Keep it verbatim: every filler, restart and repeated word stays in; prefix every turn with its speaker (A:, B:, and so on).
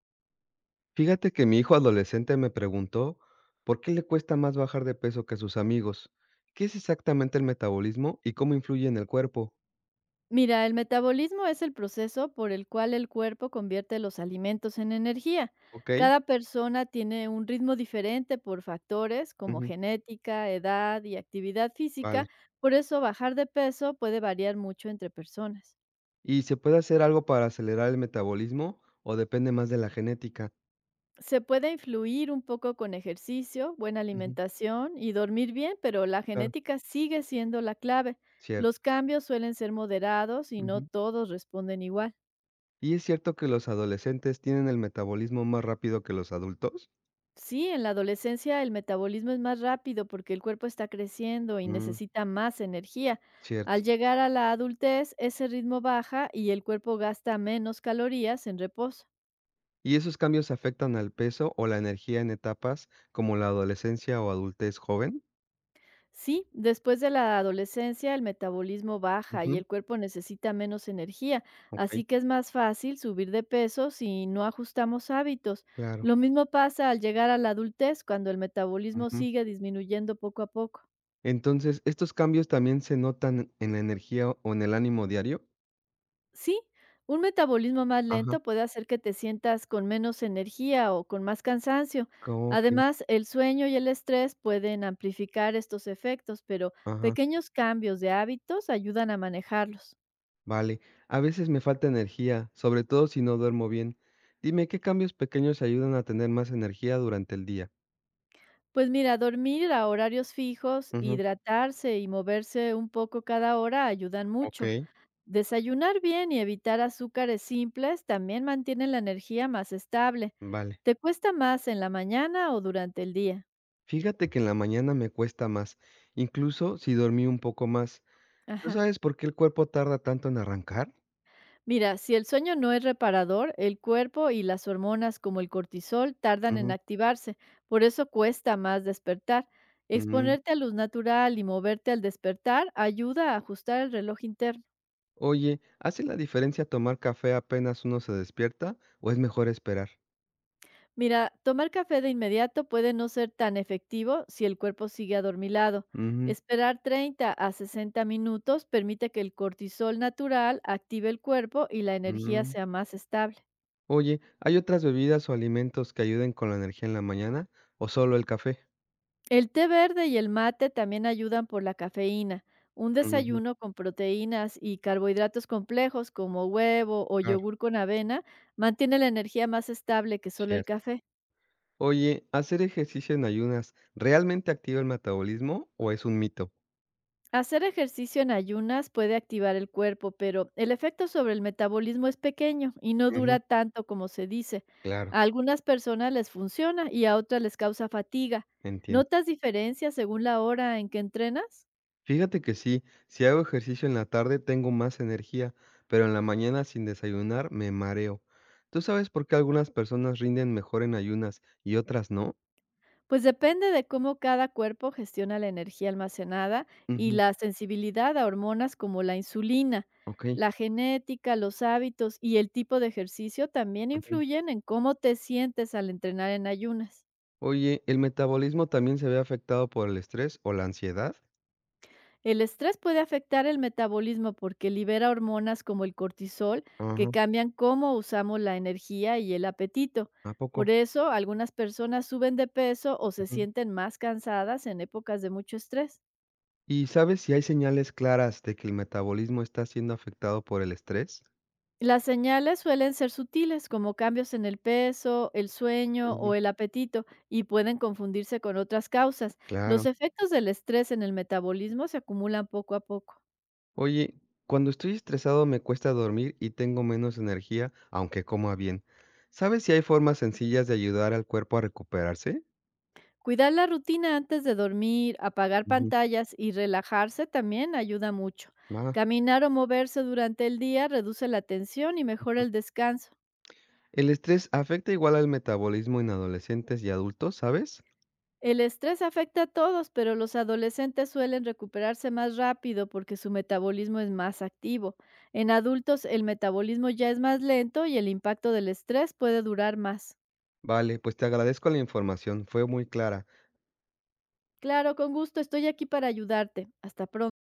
A: Fíjate que mi hijo adolescente me preguntó por qué le cuesta más bajar de peso que sus amigos. ¿Qué es exactamente el metabolismo y cómo influye en el cuerpo?
B: Mira, el metabolismo es el proceso por el cual el cuerpo convierte los alimentos en energía.
A: ¿Ok?
B: Cada persona tiene un ritmo diferente por factores como
A: Ujú.
B: genética, edad y actividad
A: Vale.
B: física, por eso bajar de peso puede variar mucho entre personas.
A: ¿Y se puede hacer algo para acelerar el metabolismo o depende más de la genética?
B: Se puede influir un poco con ejercicio, buena
A: Ujú,
B: alimentación y dormir bien, pero la
A: claro,
B: genética sigue siendo la clave.
A: cierto.
B: Los cambios suelen ser moderados y no
A: Ujú.
B: todos responden igual.
A: ¿Y es cierto que los adolescentes tienen el metabolismo más rápido que los adultos?
B: Sí, en la adolescencia el metabolismo es más rápido porque el cuerpo está creciendo y
A: Mm,
B: necesita más energía.
A: cierto.
B: Al llegar a la adultez, ese ritmo baja y el cuerpo gasta menos calorías en reposo.
A: ¿Y esos cambios afectan al peso o la energía en etapas como la adolescencia o adultez joven?
B: Sí, después de la adolescencia el metabolismo baja y
A: Ujú,
B: el cuerpo necesita menos energía,
A: ok.
B: así que es más fácil subir de peso si no ajustamos hábitos.
A: Claro,
B: Lo mismo pasa al llegar a la adultez cuando el metabolismo
A: ujú.
B: sigue disminuyendo poco a poco.
A: Entonces, ¿estos cambios también se notan en la energía o en el ánimo diario?
B: Sí, un metabolismo más
A: Ajá,
B: lento puede hacer que te sientas con menos energía o con más cansancio.
A: okey,
B: Además, el sueño y el estrés pueden amplificar estos efectos, pero
A: ajá,
B: pequeños cambios de hábitos ayudan a manejarlos.
A: vale. A veces me falta energía, sobre todo si no duermo bien. Dime, ¿qué cambios pequeños ayudan a tener más energía durante el día?
B: Pues mira, dormir a horarios fijos,
A: Ujú,
B: hidratarse y moverse un poco cada hora ayudan mucho.
A: okey,
B: Desayunar bien y evitar azúcares simples también mantienen la energía más estable.
A: vale.
B: ¿Te cuesta más en la mañana o durante el día?
A: Fíjate que en la mañana me cuesta más, incluso si dormí un poco más. ¿Tú
B: Ajá.
A: sabes por qué el cuerpo tarda tanto en arrancar?
B: Mira, si el sueño no es reparador, el cuerpo y las hormonas como el cortisol tardan en
A: Ujú,
B: activarse, por eso cuesta más despertar.
A: mm.
B: Exponerte a luz natural y moverte al despertar ayuda a ajustar el reloj interno.
A: Oye, ¿hace la diferencia tomar café apenas uno se despierta o es mejor esperar?
B: Mira, tomar café de inmediato puede no ser tan efectivo si el cuerpo sigue adormilado.
A: Ujú,
B: Esperar treinta a sesenta minutos permite que el cortisol natural active el cuerpo y la energía
A: mm.
B: sea más estable.
A: Oye, ¿hay otras bebidas o alimentos que ayuden con la energía en la mañana o solo el café?
B: El té verde y el mate también ayudan por la cafeína. Un
A: Ujú,
B: desayuno con proteínas y carbohidratos complejos como huevo o
A: claro,
B: yogur con avena mantiene la energía más estable que solo el
A: cierto.
B: café.
A: Oye, ¿hacer ejercicio en ayunas realmente activa el metabolismo o es un mito?
B: Hacer ejercicio en ayunas puede activar el cuerpo, pero el efecto sobre el metabolismo es pequeño y no
A: Ujú,
B: dura tanto como se dice.
A: claro,
B: A algunas personas les funciona y a otras les causa fatiga.
A: entiendo.
B: ¿Notas diferencias según la hora en que entrenas?
A: Fíjate que sí, si hago ejercicio en la tarde tengo más energía, pero en la mañana sin desayunar me mareo. ¿Tú sabes por qué algunas personas rinden mejor en ayunas y otras no?
B: Pues depende de cómo cada cuerpo gestiona la energía almacenada y
A: Ujú,
B: la sensibilidad a hormonas como la insulina.
A: ok.
B: La genética, los hábitos y el tipo de ejercicio también
A: Ujú.
B: influyen en cómo te sientes al entrenar en ayunas.
A: Oye, ¿el metabolismo también se ve afectado por el estrés o la ansiedad?
B: El estrés puede afectar el metabolismo porque libera hormonas como el cortisol que
A: Ajá,
B: cambian cómo usamos la energía y el apetito.
A: ¿a poco?
B: Por eso, algunas personas suben de peso o se
A: Ujú.
B: sienten más cansadas en épocas de mucho estrés.
A: ¿Y sabes si hay señales claras de que el metabolismo está siendo afectado por el estrés?
B: Las señales suelen ser sutiles, como cambios en el peso, el sueño
A: Ujú,
B: o el apetito, y pueden confundirse con otras causas.
A: claro.
B: Los efectos del estrés en el metabolismo se acumulan poco a poco.
A: Oye, cuando estoy estresado me cuesta dormir y tengo menos energía, aunque coma bien. ¿Sabes si hay formas sencillas de ayudar al cuerpo a recuperarse?
B: Cuidar la rutina antes de dormir, apagar
A: Ujú.
B: pantallas y relajarse también ayuda mucho.
A: Ah,
B: Caminar o moverse durante el día reduce la tensión y mejora el descanso.
A: el estrés afecta igual al metabolismo en adolescentes y adultos, ¿sabes?
B: El estrés afecta a todos, pero los adolescentes suelen recuperarse más rápido porque su metabolismo es más activo. En adultos el metabolismo ya es más lento y el impacto del estrés puede durar más.
A: Vale, pues te agradezco la información, fue muy clara.
B: Claro, con gusto, estoy aquí para ayudarte. Hasta pronto.